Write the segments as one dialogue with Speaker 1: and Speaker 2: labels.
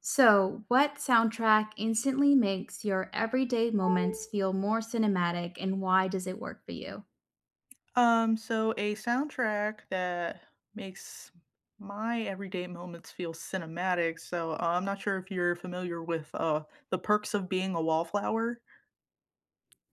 Speaker 1: So, what soundtrack instantly makes your everyday moments feel more cinematic and why does it work for you?
Speaker 2: So, a soundtrack that makes my everyday moments feel cinematic. So I'm not sure if you're familiar with The Perks of Being a Wallflower.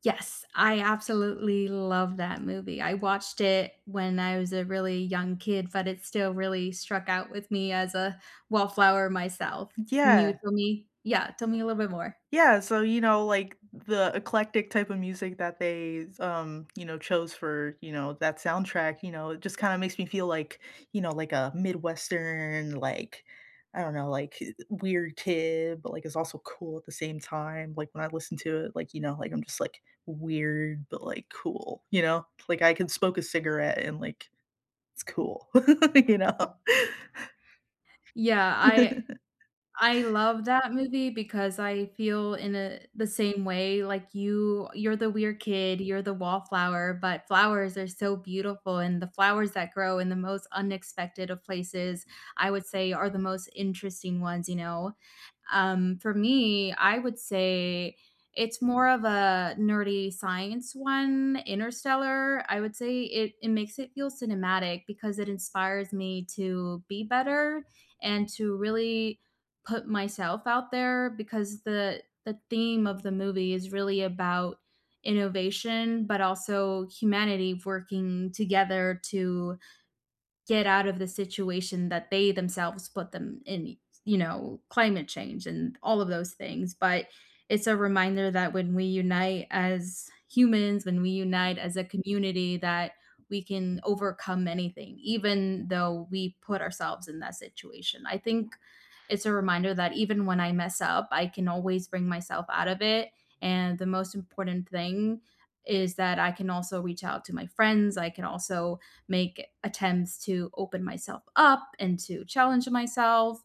Speaker 1: Yes, I absolutely love that movie. I watched it when I was a really young kid, but it still really struck out with me as a wallflower myself. Can you
Speaker 2: Yeah,
Speaker 1: tell me? Yeah, tell me a little bit more.
Speaker 2: yeah, so, you know, like, the eclectic type of music that they, you know, chose for, you know, that soundtrack, you know, it just kinda makes me feel like, you know, like a Midwestern, like, I don't know, like, weird kid, but, like, it's also cool at the same time, like, when I listen to it, like, you know, like, I'm just, like, weird, but, like, cool, you know? Like, I can smoke a cigarette and, like, it's cool, you know?
Speaker 1: Yeah, I I love that movie because I feel in a the same way, like you're the weird kid, you're the wallflower, but flowers are so beautiful, and the flowers that grow in the most unexpected of places, I would say, are the most interesting ones, you know? For me, I would say it's more of a nerdy science one, Interstellar. I would say it makes it feel cinematic because it inspires me to be better and to really put myself out there because the theme of the movie is really about innovation but also humanity working together to get out of the situation that they themselves put them in, you know, climate change and all of those things. But it's a reminder that when we unite as humans, when we unite as a community, that we can overcome anything, even though we put ourselves in that situation. I think it's a reminder that even when I mess up, I can always bring myself out of it. And the most important thing is that I can also reach out to my friends. I can also make attempts to open myself up and to challenge myself.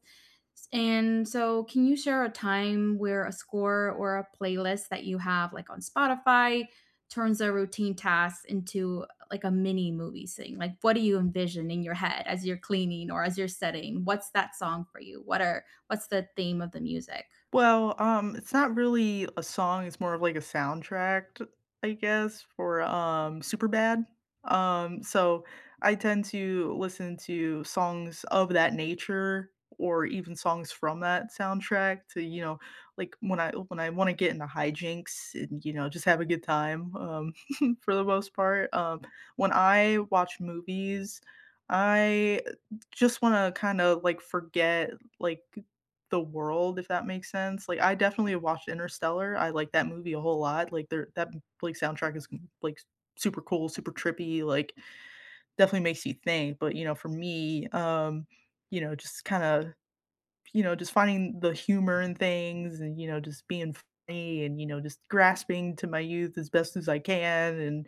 Speaker 1: And so, can you share a time where a score or a playlist that you have, like on Spotify, turns a routine task into like a mini movie scene? Like, what do you envision in your head as you're cleaning or as you're setting? What's that song for you? What's the theme of the music?
Speaker 2: Well, it's not really a song, it's more of like a soundtrack, I guess, for, Superbad. So I tend to listen to songs of that nature or even songs from that soundtrack to, you know, like when I wanna get into hijinks and, you know, just have a good time, for the most part. When I watch movies, I just wanna kinda, like, forget, like the world, if that makes sense. Like, I definitely have watched Interstellar. I like that movie a whole lot. Like, there that like soundtrack is like super cool, super trippy. Like, definitely makes you think. But you know, for me, you know, just kind of you know, just finding the humor in things, and you know, just being funny, and you know, just grasping to my youth as best as I can, and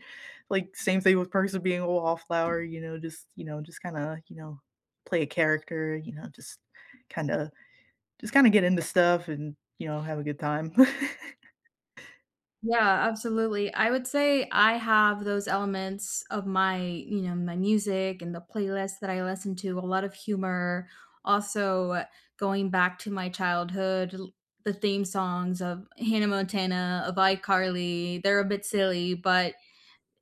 Speaker 2: like same thing with Perks of Being a Wallflower. You know, just kind of you know, play a character. You know, just kind of just kinda get into stuff and, you know, have a good time.
Speaker 1: Yeah, absolutely. I would say I have those elements of my, you know, my music and the playlist that I listen to, a lot of humor. Also, going back to my childhood, the theme songs of Hannah Montana, of iCarly, they're a bit silly, but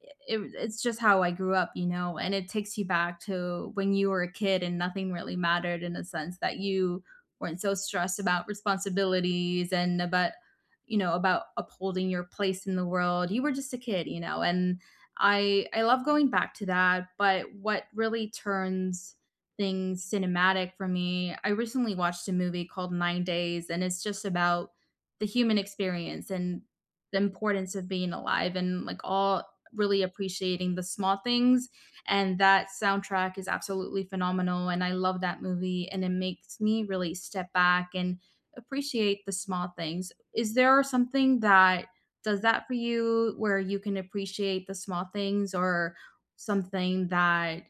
Speaker 1: it's just how I grew up, you know, and it takes you back to when you were a kid and nothing really mattered in a sense that you weren't so stressed about responsibilities and about you know about upholding your place in the world. You were just a kid, you know, and I love going back to that, but what really turns things cinematic for me, I recently watched a movie called 9 Days and it's just about the human experience and the importance of being alive and like all really appreciating the small things. And that soundtrack is absolutely phenomenal. And I love that movie. And it makes me really step back and appreciate the small things. Is there something that does that for you where you can appreciate the small things or something that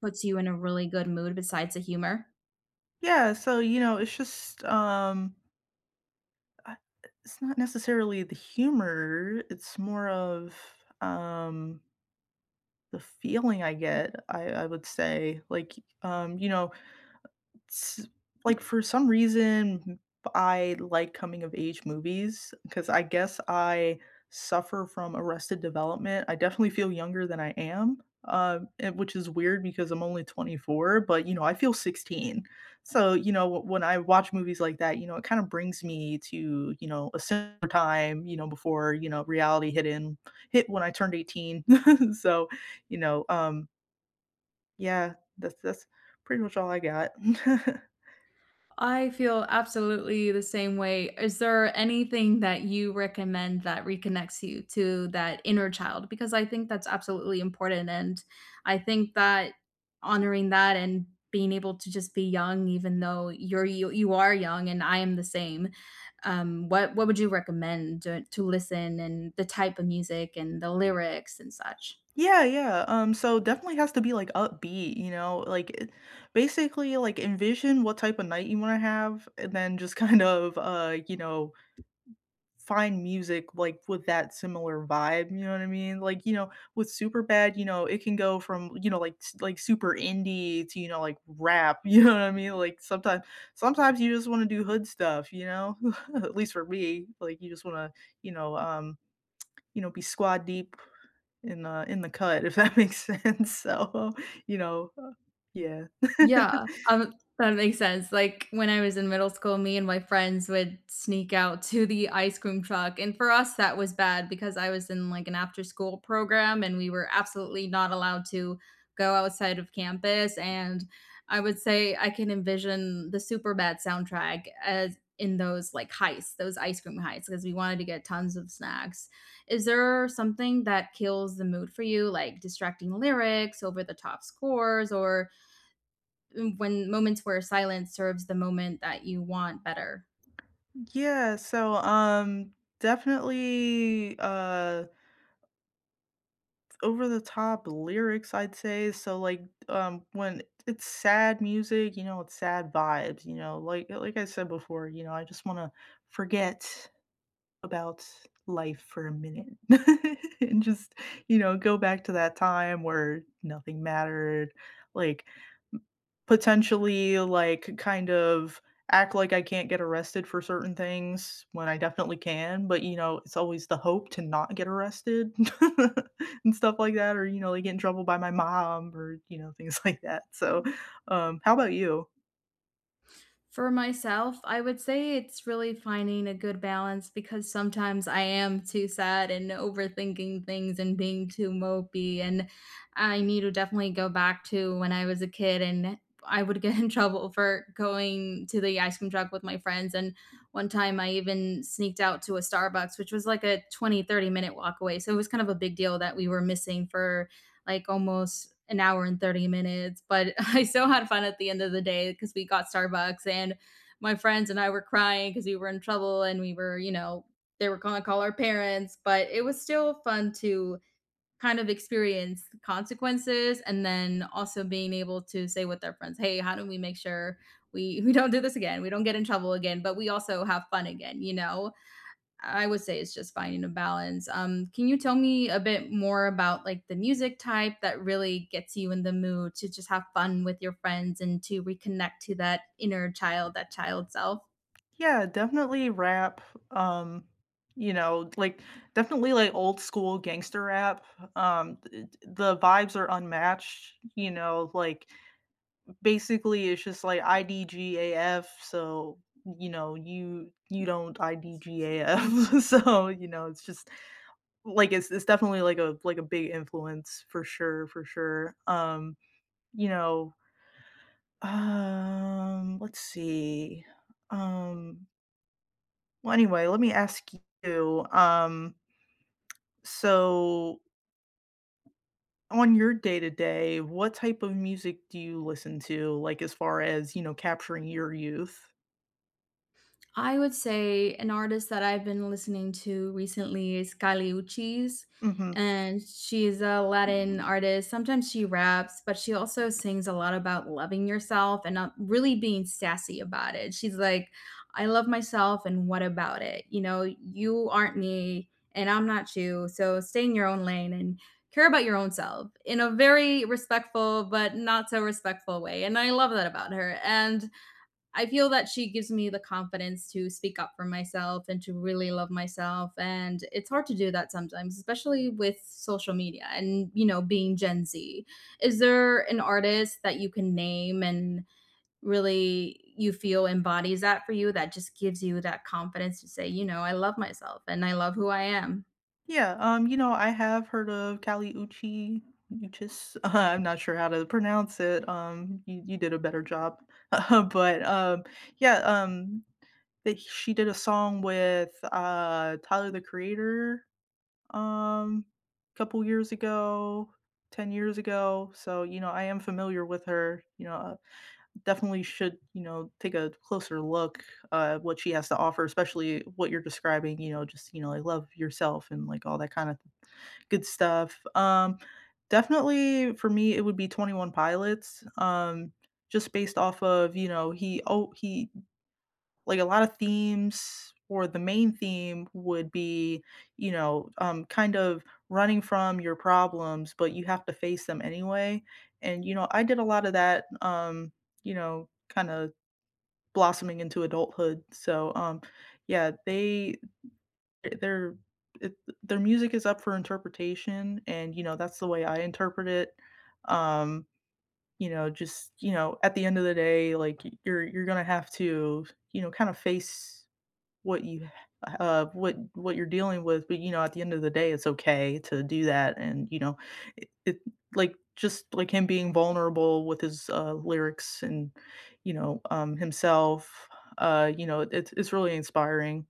Speaker 1: puts you in a really good mood besides the humor?
Speaker 2: Yeah, so, you know, it's just, I it's not necessarily the humor, it's more of, um, the feeling I get, I would say, like, you know s- like for some reason I like coming of age movies because I guess I suffer from arrested development. I definitely feel younger than I am, which is weird because I'm only 24, but you know, I feel 16. So, you know, when I watch movies like that, you know, it kind of brings me to, you know, a similar time, you know, before, you know, reality hit when I turned 18. So, you know, yeah, that's pretty much all I got.
Speaker 1: I feel absolutely the same way. Is there anything that you recommend that reconnects you to that inner child? Because I think that's absolutely important, and I think that honoring that and being able to just be young, even though you're you, you are young, and I am the same. What would you recommend to listen and the type of music and the lyrics and such?
Speaker 2: Yeah, yeah. So definitely has to be like upbeat, you know, like basically like envision what type of night you want to have and then just kind of you know, find music like with that similar vibe, you know what I mean? Like, you know, with Superbad, you know, it can go from, you know, like super indie to, you know, like rap, you know what I mean? Like sometimes you just want to do hood stuff, you know? At least for me, like you just want to, you know, be squad deep in the cut, if that makes sense, so, you know, yeah.
Speaker 1: Yeah, that makes sense, like, when I was in middle school, me and my friends would sneak out to the ice cream truck, and for us, that was bad because I was in, like, an after-school program, and we were absolutely not allowed to go outside of campus, and I would say I can envision the super bad soundtrack as in those, like, heists, those ice cream heists, because we wanted to get tons of snacks. Is there something that kills the mood for you, like distracting lyrics, over the top scores, or when moments where silence serves the moment that you want better.
Speaker 2: Yeah, so, definitely, over the top lyrics, I'd say, so, like, when it's sad music, you know, it's sad vibes, you know, like I said before, you know, I just wanna forget about life for a minute and just, you know, go back to that time where nothing mattered, like potentially, like, kind of act like I can't get arrested for certain things when I definitely can, but, you know, it's always the hope to not get arrested and stuff like that or, you know, like, get in trouble by my mom or, you know, things like that. So, how about you?
Speaker 1: For myself, I would say it's really finding a good balance because sometimes I am too sad and overthinking things and being too mopey. And I need to definitely go back to when I was a kid and I would get in trouble for going to the ice cream truck with my friends. And one time I even sneaked out to a Starbucks, which was like a 20-30 minute walk away. So it was kind of a big deal that we were missing for like almost an hour and 30 minutes, but I still had fun at the end of the day because we got Starbucks and my friends and I were crying because we were in trouble and we were, you know, they were going to call our parents, but it was still fun to kind of experience the consequences and then also being able to say with our friends, "Hey, how do we make sure we we don't do this again? We don't get in trouble again, but we also have fun again, you know?" I would say it's just finding a balance. Can you tell me a bit more about like the music type that really gets you in the mood to just have fun with your friends and to reconnect to that inner child, that child self?
Speaker 2: Yeah, definitely rap, um, you know, like, definitely, like, old school gangster rap. Th the vibes are unmatched, you know, like basically, it's just like IDGAF, so, you know, you don't IDGAF. So, you know, it's just it's definitely like a big influence for sure, for sure. You know, let's see. Um, well, anyway, let me ask you, so on your day to day, what type of music do you listen to, like, as far as, you know, capturing your youth?
Speaker 1: I would say an artist that I've been listening to recently is Kali Uchis,
Speaker 2: Mhm.
Speaker 1: and she's a Latin artist. Sometimes she raps, but she also sings a lot about loving yourself and not really being sassy about it. She's like, I love myself, and what about it? You know, you aren't me, and I'm not you. So stay in your own lane and care about your own self in a very respectful, but not so respectful way. And I love that about her. And I feel that she gives me the confidence to speak up for myself and to really love myself. And it's hard to do that sometimes, especially with social media and, you know, being Gen Z. Is there an artist that you can name and really you feel embodies that for you that just gives you that confidence to say, you know, I love myself and I love who I am?
Speaker 2: Yeah, you know, I have heard of Kali Uchi Uchis. I'm not sure how to pronounce it. You, you did a better job. But yeah, that she did a song with Tyler the Creator um, a couple years ago, 10 years ago. So, you know, I am familiar with her. You know, definitely should, you know, take a closer look at what she has to offer, especially what you're describing, you know, just, you know, like love yourself and like all that kind of good stuff. Definitely for me, it would be 21 Pilots. Just based off of, you know, he like a lot of themes or the main theme would be, you know, kind of running from your problems, but you have to face them anyway. And you know, I did a lot of that. You know, kind of blossoming into adulthood. So, yeah, they their it their music is up for interpretation, and, you know, that's the way I interpret it. Um, you know, just, you know, at the end of the day, like, y you're gonna have to, you know, kinda face what you what you're dealing with, but, you know, at the end of the day, it's okay to do that, and, you know, it like, just like him being vulnerable with his, lyrics and, you know, himself, you know, it's really inspiring.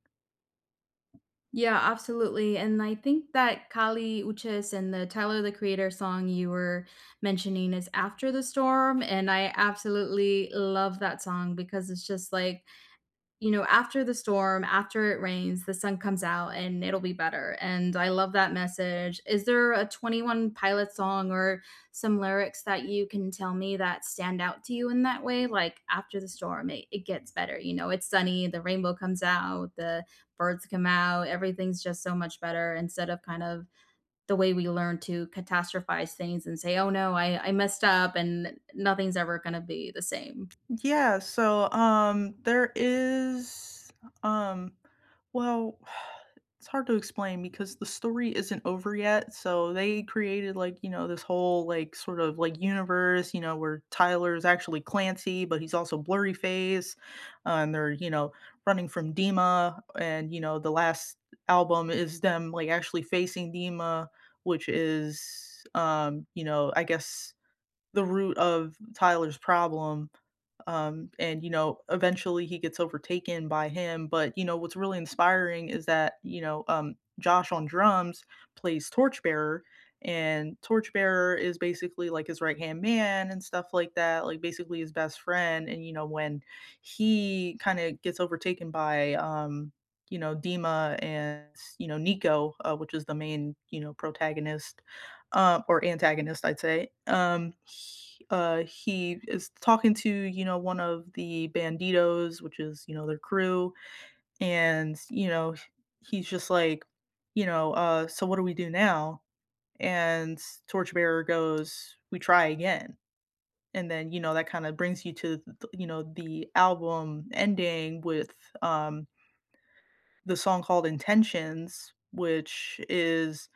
Speaker 1: Yeah, absolutely. And I think that Kali Uchis and the Tyler the Creator song you were mentioning is After the Storm. And I absolutely love that song because it's just like you know, after the storm, after it rains, the sun comes out and it'll be better. And I love that message. Is there a 21 Pilot song or some lyrics that you can tell me that stand out to you in that way? Like, after the storm, it gets better. You know, it's sunny, the rainbow comes out, the birds come out, everything's just so much better instead of kind of the way we learn to catastrophize things and say, oh no, I messed up and nothing's ever going to be the same.
Speaker 2: Yeah, so, um well, it's hard to explain because the story isn't over yet, so they created, like, you know, this whole, like, sort of, like, universe, you know, where Tyler is actually Clancy, but he's also blurry face, and they're, you know, running from Dima, and, you know, the last album is them, like, actually facing Dima, which is, you know, I guess the root of Tyler's problem, and you know eventually he gets overtaken by him, but you know what's really inspiring is that you know, Josh on drums plays Torchbearer, and Torchbearer is basically like his right hand man and stuff like that, like basically his best friend. And you know when he kind of gets overtaken by you know Dima and you know Nico, which is the main you know protagonist, or antagonist, I'd say. He is talking to you know one of the banditos, which is you know their crew, and you know he's just like, you know, so what do we do now? And Torchbearer goes, we try again, and then you know that kind of brings you to you know the album ending with um, the song called Intentions, which is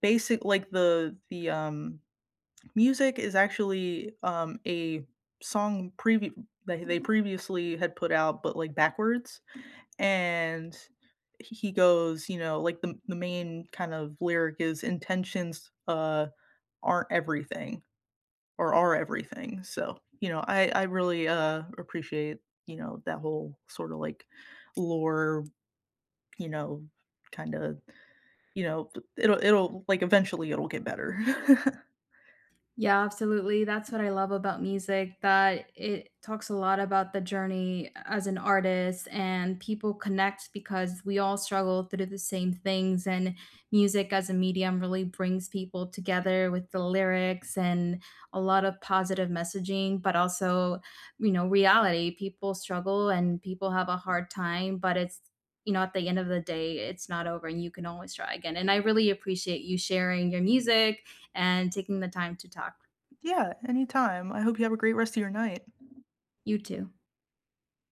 Speaker 2: basic like the music is actually, a song preview they previously had put out, but, like, backwards, and he goes, you know, like, the main kind of lyric is intentions, aren't everything or are everything, so, you know, I really, appreciate, you know, that whole sorta, like, lore, you know, kinda you know, it'll like, eventually, it'll get better.
Speaker 1: Yeah, absolutely. That's what I love about music, that it talks a lot about the journey as an artist, and people connect because we all struggle through the same things. And music as a medium really brings people together with the lyrics and a lot of positive messaging, but also, you know, reality. People struggle and people have a hard time, but it's you know, at the end of the day, it's not over and you can always try again. And I really appreciate you sharing your music and taking the time to talk.
Speaker 2: Yeah, anytime. I hope you have a great rest of your night.
Speaker 1: You too.